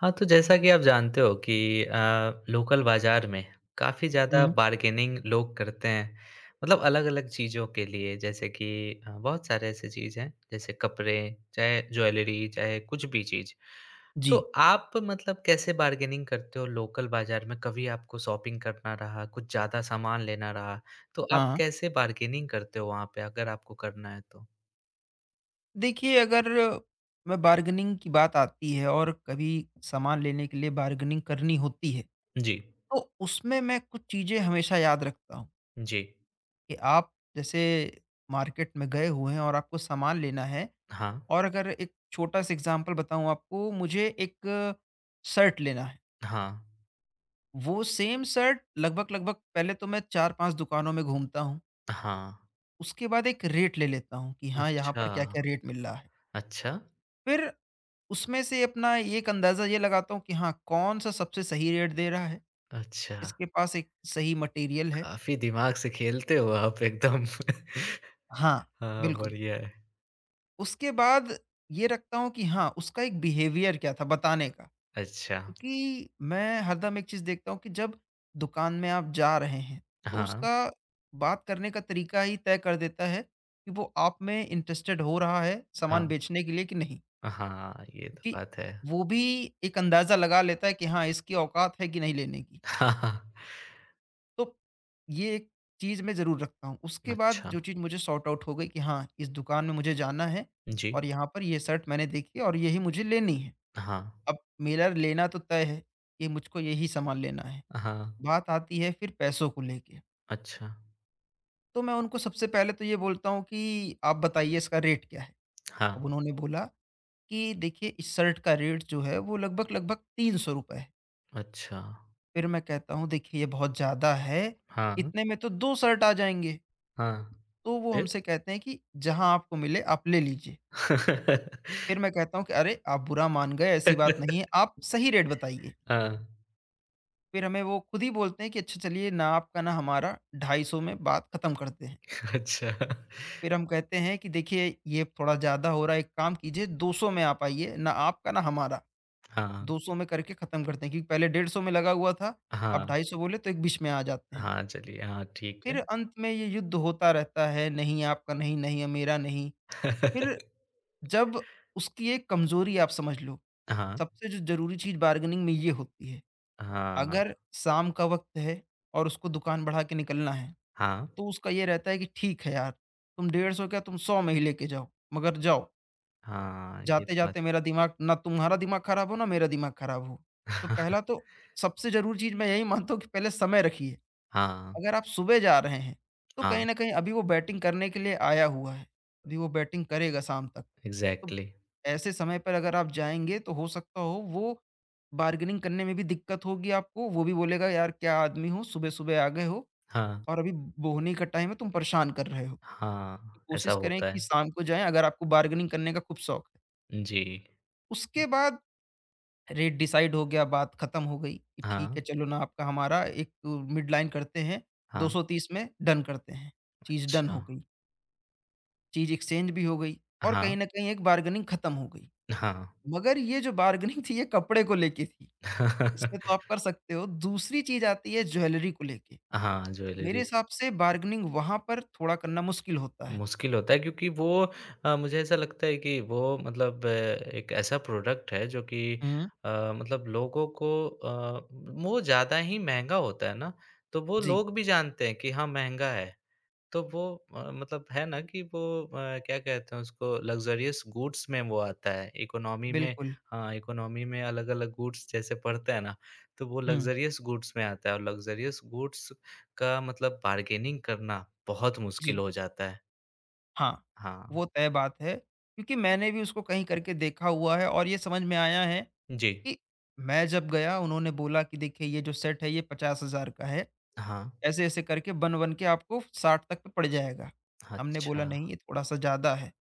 हाँ, तो जैसा कि आप जानते हो कि लोकल बाज़ार में काफ़ी ज़्यादा हुँ। बार्गेनिंग लोग करते हैं। मतलब अलग-अलग चीज़ों के लिए जैसे कि बहुत सारे ऐसे चीज़ हैं, जैसे कपड़े, चाहे ज्वेलरी, चाहे कुछ भी चीज़। तो जी। आप मतलब कैसे बार्गेनिंग करते हो लोकल बाज़ार में? कभी आपको शॉपिंग करना रहा, कुछ ज़्यादा सामान लेना रहा, तो हाँ, आप हाँ। कैसे बार्गेनिंग करते हो वहाँ पे अगर आपको करना है तो? देखिए अगर मैं बार्गेनिंग की बात आती है और कभी सामान लेने के लिए बार्गेनिंग करनी होती है, जी, तो उसमें मैं कुछ चीज़ें हमेशा याद रखता हूँ जी। कि आप जैसे मार्केट में गए हुए हैं और आपको सामान लेना है हाँ, और अगर एक छोटा-सा एग्ज़ाम्पल बताऊँ आपको, मुझे एक शर्ट लेना है। हाँ, वो सेम शर्ट लगभग-लगभग पहले तो मैं 4-5 दुकानों में घूमता हूँ, हाँ। उसके बाद एक रेट ले लेता हूँ कि हाँ, यहाँ अच्छा, पर क्या-क्या रेट मिल रहा है। अच्छा। फिर उसमें से अपना ये एक अंदाज़ा ये लगाता हूँ कि हाँ, कौन-सा सबसे सही रेट दे रहा है, अच्छा, किसके पास एक सही मटेरियल है। काफ़ी दिमाग से खेलते हो आप एकदम। हाँ। हाँ, बिल्कुल। बढ़िया है। उसके बाद ये रखता हूँ कि हाँ, उसका एक बिहेवियर क्या था बताने का। अच्छा, क्योंकि मैं हरदम एक चीज़ देखता हूँ कि जब दुकान में आप जा रहे हैं, तो हाँ, उसका बात करने का तरीका ही तय कर देता है कि वो आप में इंटरेस्टेड हो रहा है सामान हाँ, बेचने के लिए कि नहीं। हाँ, ये तो क्योंकि बात है। वो भी एक अंदाज़ा लगा लेता है कि हाँ, इसकी औकात है कि नहीं लेने की। हाँ, हाँ, तो ये एक चीज़ मैं ज़रूर रखता हूँ। उसके बाद अच्छा, जो चीज़ मुझे सॉर्ट आउट हो गई कि हाँ, इस दुकान में मुझे जाना है जी, और यहाँ पर ये शर्ट मैंने देखी और यही मुझे लेनी है। हाँ, अब मेरा लेना तो तय है कि मुझको यही सामान लेना है। हाँ, बात आती है फिर पैसों को लेके। अच्छा, तो मैं उनको सबसे पहले तो ये बोलता हूँ कि आप बताइए इसका रेट क्या है? हाँ, अब उन्होंने बोला कि देखिए इस शर्ट का रेट जो है वो लगभग-लगभग ₹300 है। अच्छा, फिर मैं कहता हूँ देखिए ये बहुत ज़्यादा है। हाँ, इतने में तो 2 शर्ट आ जाएँगे। हाँ, तो वो फिर? हमसे कहते हैं कि जहाँ आपको मिले आप ले लीजिए। फिर मैं कहता हूँ कि अरे! आप बुरा मान गए ऐसी बात नहीं है, आप सही रेट बताइए। हाँ, फिर हमें वो खुद ही बोलते हैं कि अच्छा चलिए ना आपका ना हमारा 250 में बात खत्म करते हैं। अच्छा, फिर हम कहते हैं कि देखिए ये थोड़ा ज़्यादा हो रहा है, एक काम कीजिए 200 में आप आइए, ना आपका ना हमारा। हाँ, 200 में करके खत्म करते हैं क्योंकि पहले 150 में लगा हुआ था, अब हाँ, 250 बोले तो एक बीच में आ जाते हैं। हाँ, चलिए, हाँ, ठीक फिर है। अंत में ये युद्ध होता रहता है, नहीं आपका नहीं, नहीं मेरा नहीं। फिर जब उसकी एक कमज़ोरी आप समझ लो, हाँ, सबसे जो ज़रूरी चीज़ बार्गेनिंग में ये होती है, हाँ, अगर शाम का वक़्त है और उसको दुकान बढ़ा के निकलना है, हाँ, तो उसका ये रहता है कि ठीक है यार, तुम 150 क्या तुम 100 में ही लेके जाओ, मगर जाओ, हाँ, ये तो बात जाते-जाते मेरा दिमाग ना तुम्हारा दिमाग खराब हो, ना मेरा दिमाग खराब हो। तो पहला तो सबसे ज़रूरी चीज़ मैं यही मानता हूँ कि पहले समय रखिए। हाँ, अगर आप सुबह जा रहे हैं, तो हाँ, कहीं न कहीं अभी वो बैटिंग करने के लिए आया हुआ है, अभी वो बैटिंग करेगा शाम तक। तो एग्ज़ैक्टली। ऐसे समय पर अगर आप जाएँगे तो हो सकता हो वो बार्गेनिंग करने में भी दिक्कत होगी आपको, वो भी बोलेगा यार क्या आदमी हो, सुबह-सुबह आ गए हो हाँ, और अभी बोहनी का टाइम है तुम परेशान कर रहे हो। तो हाँ, ऐसा कोशिश करें होता कि है। शाम को जाएँ अगर आपको बार्गेनिंग करने का खूब शौक है। जी। उसके बाद रेट डिसाइड हो गया, बात खत्म हो गई कि ठीक हाँ, है, चलो ना आपका हमारा एक मिड लाइन करते हैं, हाँ, 230 में डन करते हैं। चीज़ डन अच्छा। हो गई, चीज़ एक्सचेंज भी हो गई और हाँ, कहीं न कहीं एक बार्गेनिंग खत्म हो गई। हाँ। मगर ये जो बार्गेनिंग थी ये कपड़े को लेके थी, इसमें तो आप कर सकते हो। दूसरी चीज़ आती है ज्वेलरी को लेके। हाँ, मेरे ज्वेलरी हिसाब से बार्गेनिंग वहाँ पर थोड़ा करना मुश्किल होता है। मुश्किल होता है क्योंकि वो मुझे ऐसा लगता है कि वो मतलब एक ऐसा प्रोडक्ट है जो कि हुँ। अ, मतलब लोगों को वो ज़्यादा ही महँगा होता है ना, तो वो जी, लोग भी जानते हैं कि हाँ, महँगा है। तो वो मतलब है ना कि वो क्या कहते हैं उसको लग्ज़रियस गुड्स में वो आता है, इकोनॉमी में बिल्कुल। हाँ, इकोनॉमी में अलग-अलग गुड्स जैसे पड़ते हैं ना, तो वो हुँ, लग्ज़रियस गुड्स में आता है और लग्ज़रियस गुड्स का मतलब बार्गेनिंग करना बहुत मुश्किल जी, हो जाता है। हाँ, हाँ, वो तय बात है क्योंकि मैंने भी उसको कहीं करके देखा हुआ है और ये समझ में आया है जी। कि मैं जब गया उन्होंने बोला कि देखिए ये जो सेट है ये 50,000 का है। हाँ, ऐसे-ऐसे करके बन-बन के आपको 60 तक पे पड़ जाएगा। हमने अच्छा, बोला नहीं ये थोड़ा-सा ज़्यादा है।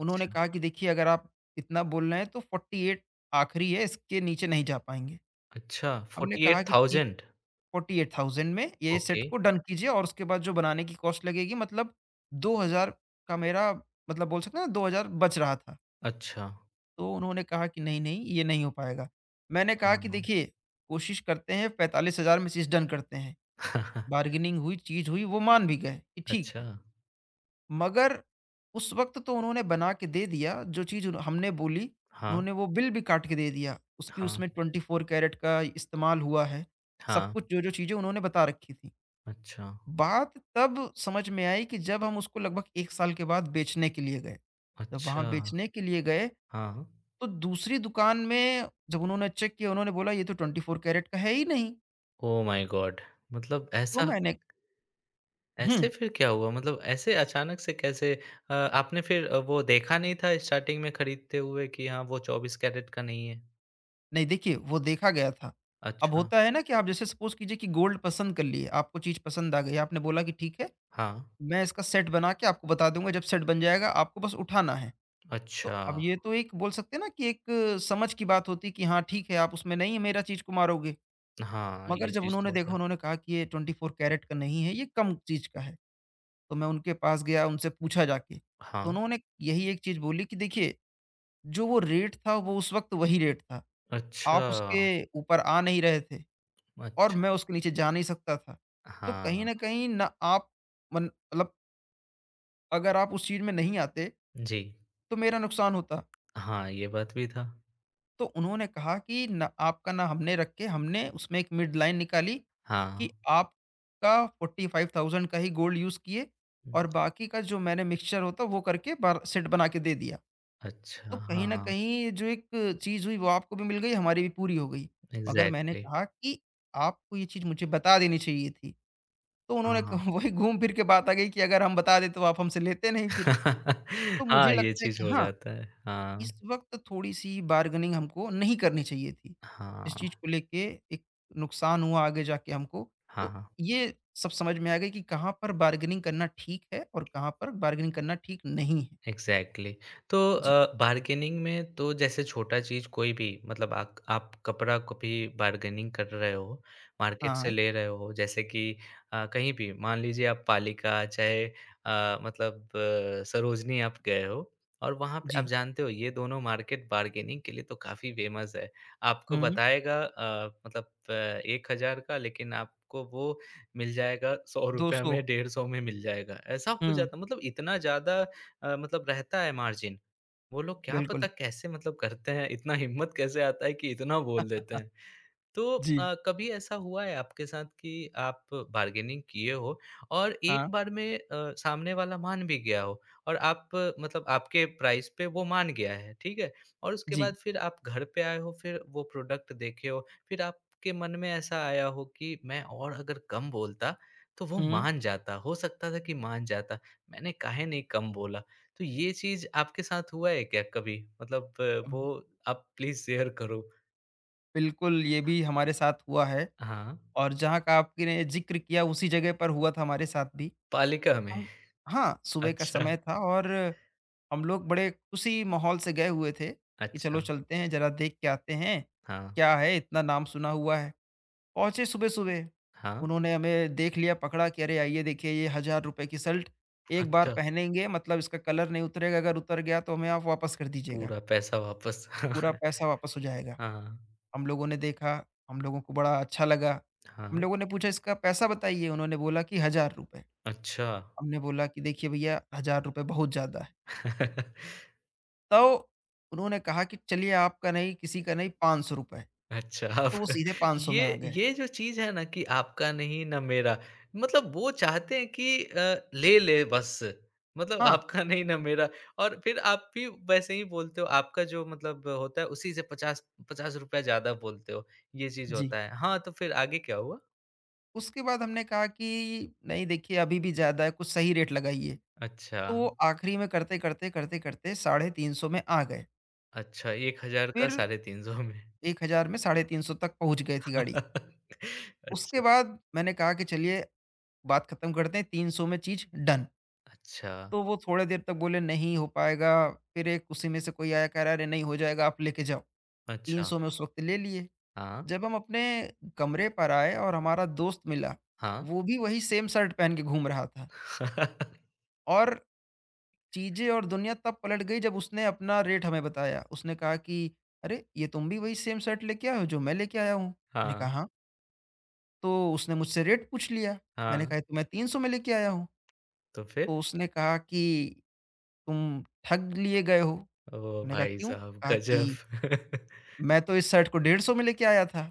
उन्होंने कहा कि देखिए अगर आप इतना बोल रहे हैं तो 48 आखिरी है इसके नीचे नहीं जा पाएँगे। अच्छा हमने कहा कि ठीक 48,000 48,000 में ये सेट ओके, को डन कीजिए और उसके बाद जो बनाने की कॉस्ट लगेगी मतलब 2,000 का मेरा मतलब बोल सकते हैं ना 2,000 बच रहा था। अच्छा, तो उन्होंने कहा कि नहीं-नहीं ये नहीं हो पाएगा। मैंने कहा कि हाँ। देखिए कोशिश करते हैं 45,000 में चीज़ डन करते हैं। बार्गेनिंग हुई, चीज़ हुई, वो मान भी गए कि ठीक अच्छा, है। मगर उस वक़्त तो उन्होंने बना के दे दिया जो चीज़ उन्ह हमने बोली, हाँ, उन्होंने वो बिल भी काट के दे दिया। उसकी हाँ, उसमें 24 कैरेट का इस्तेमाल हुआ है। सब हाँ, कुछ जो-जो चीज़ें उन्होंने बता रखी थी। अच्छा, बात तब समझ में आई कि जब हम उसको लगभग 1 साल के बाद बेचने के लिए गए। जब वहाँ अच्छा। बेचने के लिए गए हाँ। तो दूसरी दुकान में जब उन्होंने चेक किया उन्होंने बोला ये तो 24 कैरेट का है ही नहीं। Oh my god! मतलब तो ऐसा ऐसे हुँ, फिर क्या हुआ? मतलब ऐसे अचानक से कैसे आपने फिर वो देखा नहीं था स्टार्टिंग में खरीदते हुए कि हाँ, वो 24 कैरेट का नहीं है? नहीं देखिए वो देखा गया था। अब अच्छा। होता है ना कि आप जैसे सपोज़ कीजिए कि गोल्ड पसंद कर लिए, आपको चीज़ पसंद आ गई, आपने बोला कि ठीक है, हाँ। मैं इसका सेट बना के आपको बता दूँगा जब सेट बन जाएगा आपको बस उठाना है। तो अच्छा। अब ये तो एक बोल सकते हैं ना कि एक समझ की बात होती है कि हाँ ठीक है, आप उसमें नहीं है मेरा चीज़ को मारोगे। हाँ, मगर ये जब चीज़ उन्होंने तो होता देखा है। उन्होंने कहा कि ये 24 कैरेट का नहीं है, ये कम चीज़ का है। तो मैं उनके पास गया, उनसे पूछा जाके, तो हाँ। उन्होंने यही एक चीज़ बोली कि देखिए, जो वो रेट था वो उस वक़्त वही रेट था। अच्छा, आप उसके ऊपर आ नहीं रहे थे और अच्छा। मैं उसके नीचे जा नहीं सकता था। तो कहीं हाँ, न कहीं ना आप मन मतलब अगर आप उस चीज़ में नहीं आते, जी। तो मेरा नुकसान होता। हाँ, ये बात भी था। तो उन्होंने कहा कि ना आपका ना हमने रख के हमने उसमें एक मिड लाइन निकाली कि हाँ। आपका 45,000 का ही गोल्ड यूज़ किए हुँ, और बाकी का जो मैंने मिक्सचर होता वो करके बार सेट बना के दे दिया। तो अच्छा, कहीं न हाँ, कहीं जो एक चीज़ हुई वो आपको भी मिल गई, हमारी भी पूरी हो गई। मगर मैंने इग्ज़ैक्टली। कहा कि आपको ये चीज़ मुझे बता देनी चाहिए थी। तो उन्होंने हाँ। कहा वही घूम फिर के बात आ गई कि अगर हम बता दें तो आप हमसे लेते नहीं फिर। तो मुझे हाँ, ये लगता है चीज़ कि हो हाँ, जाता है। हाँ। इस वक़्त थोड़ी-सी बार्गेनिंग हमको नहीं करनी चाहिए थी। हाँ, इस चीज़ को लेके एक नुकसान हुआ आगे जाके हमको। तो हाँ। ये सब समझ में आ गई कि कहाँ पर बार्गेनिंग करना ठीक है और कहाँ पर बार्गेनिंग करना ठीक नहीं है। एग्ज़ैक्टली। तो जी। बार्गेनिंग में तो जैसे छोटा चीज़ कोई भी मतलब आक आप कपड़ा को भी बार्गेनिंग कर रहे हो, हाँ, मार्केट से हाँ। ले रहे हो जैसे कि कहीं भी मान लीजिए आप पालिका चाहे मतलब सरोजनी आप गए हो और वहाँ पे आप जी। जानते हो ये दोनों मार्केट बार्गेनिंग के लिए तो काफ़ी फ़ेमस है। आपको हुँ, बताएगा मतलब 1000 का लेकिन आपको वो मिल जाएगा ₹100 200 में, 150 में मिल जाएगा। ऐसा हो हुँ। जाता मतलब इतना ज़्यादा मतलब रहता है मार्जिन, वो लोग क्या बिल्कुल। पता कैसे मतलब करते हैं, इतना हिम्मत कैसे आता है कि इतना बोल देते अ, हैं। तो जी, कभी ऐसा हुआ है आपके साथ कि आप बार्गेनिंग किए हो और एक हाँ, बार में सामने वाला मान भी गया हो और आप मतलब आपके प्राइस पे वो मान गया है, ठीक है? और उसके जी। बाद फिर आप घर पे आए हो, फिर वो प्रोडक्ट देखे हो, फिर आपके मन में ऐसा आया हो कि मैं और अगर कम बोलता, तो वो हुँ। मान जाता, हो सकता था कि मान जाता। मैंने काहे नहीं कम बोला? तो ये चीज़ आपके साथ हुआ है क्या कभी? मतलब अब वो आप प्लीज़ शेयर करो। बिल्कुल, ये भी हमारे साथ हुआ है हाँ, और जहाँ का आपने ज़िक्र किया उसी जगह पर हुआ था हमारे साथ भी। पालिका में। हम हाँ, सुबह का अच्छा, समय था और हम लोग बड़े खुशी माहौल से गए हुए थे कि अच्छा, चलो चलते हैं ज़रा देख के आते हैं, हाँ, क्या है इतना नाम सुना हुआ है। पहुँचे सुबह-सुबह, हाँ, उन्होंने हमें देख लिया, पकड़ा कि अरे! आइए देखिए ये ₹1000 की शर्ट, एक बार अच्छा, पहनेंगे मतलब इसका कलर नहीं उतरेगा, अगर उतर गया तो हमें आप वापस कर दीजिएगा। पूरा पैसा वापस पूरा पैसा वापस हो जाएगा। हाँ, हम लोगों ने देखा, हम लोगों को बड़ा अच्छा लगा। हम हाँ, लोगों ने पूछा इसका पैसा बताइए, उन्होंने बोला कि हज़ार रुपए। अच्छा, हमने बोला कि देखिए भईया हज़ार रुपए बहुत ज़्यादा है। तो उन्होंने कहा कि चलिए आपका नहीं, किसी का नहीं 500 रुपए। अच्छा आप तो वो सीधे 500 ये में आ गए। ये जो चीज़ है ना कि आपका नहीं ना मेरा, मतलब वो चाहते हैं कि ले ले बस, मतलब हाँ, आपका नहीं ना मेरा और फिर आप भी वैसे ही बोलते हो, आपका जो मतलब होता है उसी से 50 ₹50 ज़्यादा बोलते हो, ये चीज़ जी। होता है। हाँ, तो फिर आगे क्या हुआ? उसके बाद हमने कहा कि नहीं देखिए अभी भी ज़्यादा है, कुछ सही रेट लगाइए। अच्छा, तो वो आखिरी में करते-करते, करते-करते 350 में आ गए। अच्छा, 1000 का फिर 350 में। 1000 में 350 तक पहुँच गई थी गाड़ी। उसके अच्छा, बाद मैंने कहा कि चलिए बात खत्म करते हैं 300 में चीज डन। अच्छा, तो वो थोड़े देर तक बोले नहीं हो पाएगा, फिर एक उसी में से कोई आया कह रहा अरे नहीं हो जाएगा आप लेके जाओ। अच्छा। 300 में उस वक्त ले लिए। हाँ, जब हम अपने कमरे पर आए और हमारा दोस्त मिला, हाँ। वो भी वही सेम शर्ट पहन के घूम रहा था और चीजें और दुनिया तब पलट गई जब उसने अपना रेट हमें बताया। उसने कहा कि अरे ये तुम भी वही सेम शर्ट लेके आए हो जो मैं लेके आया हूँ। मैंने कहा हाँ, हाँ। तो उसने मुझसे रेट पूछ लिया। मैंने हाँ। कहा ये तो मैं 300 में लेके आया हूँ। तो फिर? तो उसने कहा कि, "तुम ठग लिए गए हो।" ओह हमने कहा, भाई "क्यों?" साहब कहा कि, गज़ब! "मैं तो इस शर्ट को 150 में लेके आया था।"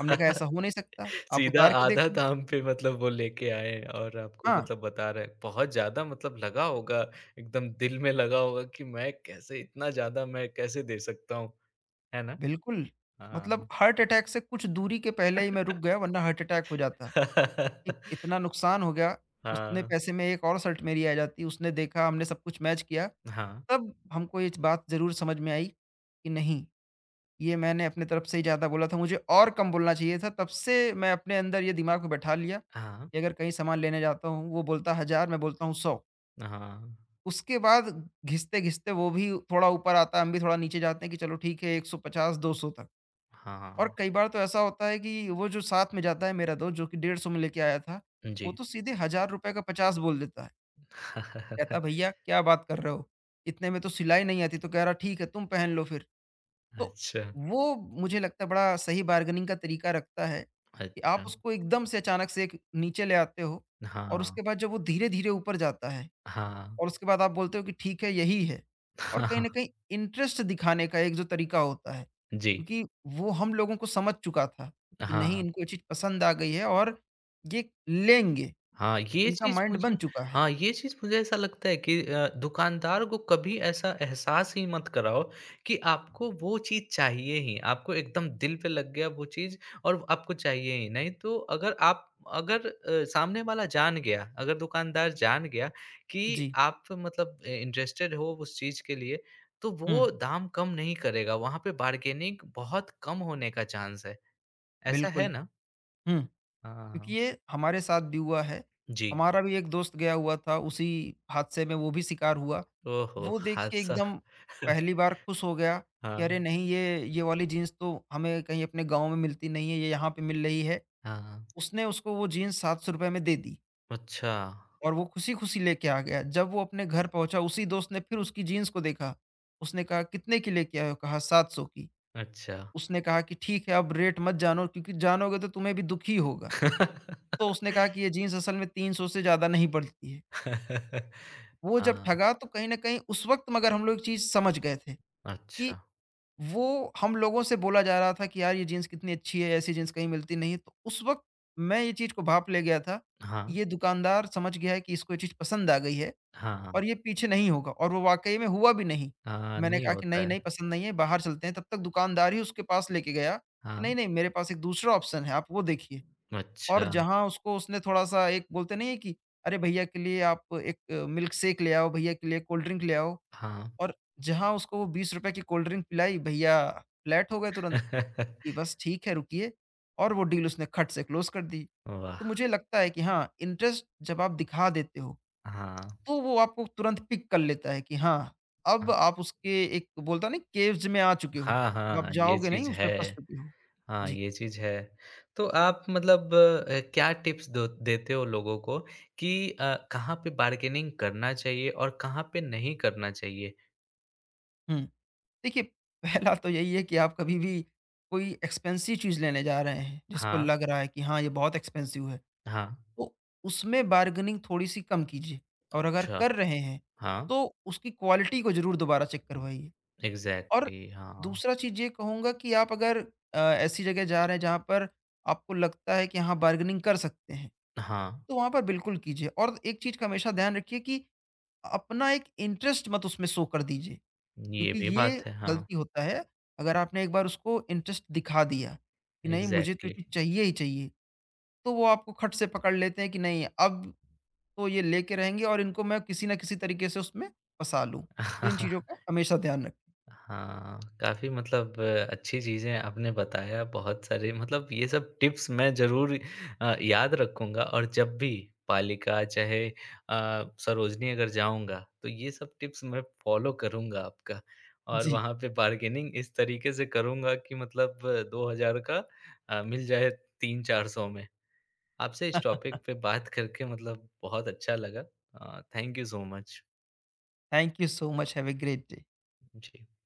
हमने कहा, "ऐसा हो नहीं सकता, आप सीधा उतार के आधा देखो।" दाम पे मतलब वो लेके आए और आपको हाँ, मतलब बता रहे हैं। बहुत ज़्यादा मतलब लगा होगा, एकदम दिल में लगा होगा कि मैं कैसे इतना ज़्यादा मैं कैसे दे सकता हूँ, है ना? बिल्कुल, मतलब हाँ। हार्ट अटैक से कुछ दूरी के पहले ही मैं रुक गया वरना हार्ट अटैक हो जाता। इ इतना नुकसान हो गया, उतने हाँ, पैसे में एक और शर्ट मेरी आ जाती, उसने देखा, हमने सब कुछ मैच किया, हाँ, तब हमको ये च बात ज़रूर समझ में आई कि नहीं, ये मैंने अपनी तरफ से ही ज़्यादा बोला था, मुझे और कम बोलना चाहिए था। तब से मैं अपने अंदर ये दिमाग में बैठा लिया कि अगर कहीं सामान लेने जाता हूँ, वो बोलता है 1000, मैं बोलता हूँ 100। हाँ, उसके बाद घिसते-घिसते वो भी थोड़ा ऊपर आता है, हम भी थोड़ा नीचे जाते हैं कि चलो ठीक है 150-200 तक। हाँ, और हाँ, कई बार तो ऐसा होता है कि वो जो साथ में जाता है मेरा दोस्त जो कि 150 में लेके आया था, वो जी। तो सीधे ₹1000 का 50 बोल देता है। कहता है, "भैया क्या बात कर रहे हो? इतने में तो सिलाई नहीं आती।" तो कह रहा, "ठीक है, तुम पहन लो फिर।" तो अच्छा, वो मुझे लगता है बड़ा सही बार्गेनिंग का तरीका रखता है कि आप अच्छा। उसको एकदम से अचानक से एक नीचे ले आते हो और हाँ, उसके बाद जब वो धीरे-धीरे ऊपर जाता है हाँ, और उसके बाद आप बोलते हो कि ठीक है यही है। और कहीं न हाँ, कहीं इंटरेस्ट दिखाने का एक जो तरीका होता है, जी, क्योंकि वो हम लोगों को समझ चुका था कि नहीं हाँ। इनको ये चीज़ पसंद आ गई है और ये लेंगे, हाँ, ये इनका चीज़ माइंड मुझे बन चुका है। हाँ, ये चीज़ मुझे ऐसा लगता है कि दुकानदार को कभी ऐसा एहसास ही मत कराओ कि आपको वो चीज़ चाहिए ही। आपको एकदम दिल पे लग गया वो चीज़ और आपको चाहिए ही। नहीं तो अगर आप अगर सामने वाला जान गया, अगर दुकानदार जान गया कि जी। आप मतलब इंटरेस्टेड हो उस चीज़ के लिए, तो हुँ, वो दाम कम नहीं करेगा। वहाँ पे बार्गेनिंग बहुत कम होने का चांस है। ऐसा बिल्कुल। है ना? हुँ। क्योंकि हाँ। ये हमारे साथ भी हुआ है। जी। हमारा भी एक दोस्त गया हुआ था, उसी हादसे में वो भी शिकार हुआ। ओह हो! वो देख के हादसा। एकदम पहली बार खुश हो गया कि हाँ, अरे नहीं, ये ये वाली जीन्स तो हमें कहीं अपने गाँव में मिलती नहीं है, ये यहाँ पे मिल रही है। हाँ, हाँ। उसने उसको वो जीन्स ₹700 में दे दी अच्छा, और वो खुशी-खुशी लेके आ गया। जब वो अपने घर पहुँचा, उसी दोस्त ने फिर उसकी जीन्स को देखा। उसने कहा, कितने की लेके आए हो? कहा, 700 की। अच्छा। उसने कहा कि ठीक है अब रेट मत जानो, क्योंकि जानोगे तो तुम्हें भी दुःख ही होगा। तो उसने कहा कि ये जीन्स असल में 300 से ज़्यादा नहीं पड़ती है। वो जब हाँ, ठगा, तो कहीं न कहीं उस वक़्त मगर हम लोग एक चीज़ समझ गए थे कि अच्छा। वो हम लोगों से बोला जा रहा था कि यार ये जीन्स कितनी अच्छी है, ऐसी जीन्स कहीं मिलती नहीं है। तो उस वक़्त मैं ये चीज़ को भाँप ले गया था कि हाँ, ये दुकानदार समझ गया है कि इसको ये चीज़ पसंद आ गई है हाँ, और ये पीछे नहीं होगा। और वो वाक़ई में हुआ भी नहीं। हाँ, मैंने नहीं कहा कि होता नहीं, है। नहीं पसंद नहीं है, बाहर चलते हैं। तब तक दुकानदार ही उसके पास लेके गया कि हाँ, नहीं, नहीं मेरे पास एक दूसरा ऑप्शन है, आप वो देखिए। और अच्छा, जहाँ उसको उसने थोड़ा-सा एक बोलते नहीं है कि अरे भैया के लिए आप एक मिल्क शेक ले आओ, भैया के लिए कोल्ड ड्रिंक ले आओ। हाँ। और जहाँ उसको वो ₹20 की कोल्ड ड्रिंक पिलाई, भैया फ्लैट हो गए तुरंत कि बस ठीक है, रुकिए। और वो डील उसने खट से क्लोज़ कर दी। तो वाह! मुझे लगता है कि हाँ, इंटरेस्ट जब आप दिखा देते हो, हाँ, तो वो आपको तुरंत पिक कर लेता है कि हाँ, अब आप उसके एक बोलता नहीं केव्स में आ चुके हो। हाँ, अब हाँ, आप हाँ, ये जाओगे नहीं, चीज़ उसमें फँस है। चुके हो। हाँ, जी। ये चीज़ है। तो आप मतलब क्या टिप्स दो देते हो लोगों को कि कहाँ पे बार्गेनिंग करना चाहिए और कहाँ पे नहीं करना चाहिए? हुँ। देखिए, पहला तो यही है कि आप कभी भी कोई एक्सपेंसिव चीज़ लेने जा रहे हैं, जिसको हाँ, लग रहा है कि हाँ, ये बहुत एक्सपेंसिव है, हाँ, तो उसमें बार्गेनिंग थोड़ी-सी कम कीजिए। और अगर अच्छा, कर रहे हैं, हाँ। तो उसकी क्वालिटी को ज़रूर दोबारा चेक करवाइए। और एग्ज़ैक्टली हाँ। दूसरा चीज़ ये कहूँगा कि आप अगर ऐसी जगह जा रहे हैं जहाँ पर आपको लगता है कि हाँ, बार्गेनिंग कर सकते हैं, हाँ, तो वहाँ पर बिल्कुल कीजिए। और एक चीज़ का हमेशा ध्यान रखिए कि अपना एक इंटरेस्ट मत उसमें शो कर दीजिए। ये क्योंकि भी ये बात है, हाँ, गलती होता है, अगर आपने एक बार उसको इंटरेस्ट दिखा दिया कि नहीं मुझे तो ये एग्ज़ैक्टली। चीज़ चाहिए ही चाहिए, तो वो आपको खट से पकड़ लेते हैं कि नहीं अब तो ये लेके रहेंगे और इनको मैं किसी न किसी तरीके से उसमें फँसा लूँ। तो इन चीज़ों का हमेशा ध्यान रखें। हाँ, काफ़ी मतलब अच्छी चीज़ें आपने बताया बहुत सारी मतलब ये सब टिप्स मैं ज़रूर याद रखूँगा और जब भी पालिका चाहे सरोजनी अगर जाऊँगा, तो ये सब टिप्स मैं फ़ॉलो करूँगा आपका और जी। वहाँ पे बार्गेनिंग इस तरीके से करूँगा कि मतलब 2000 का मिल जाए 3-400 में। आपसे इस टॉपिक पे बात करके मतलब बहुत अच्छा लगा। Thank you so much. Thank you so much, have a great day. Ji.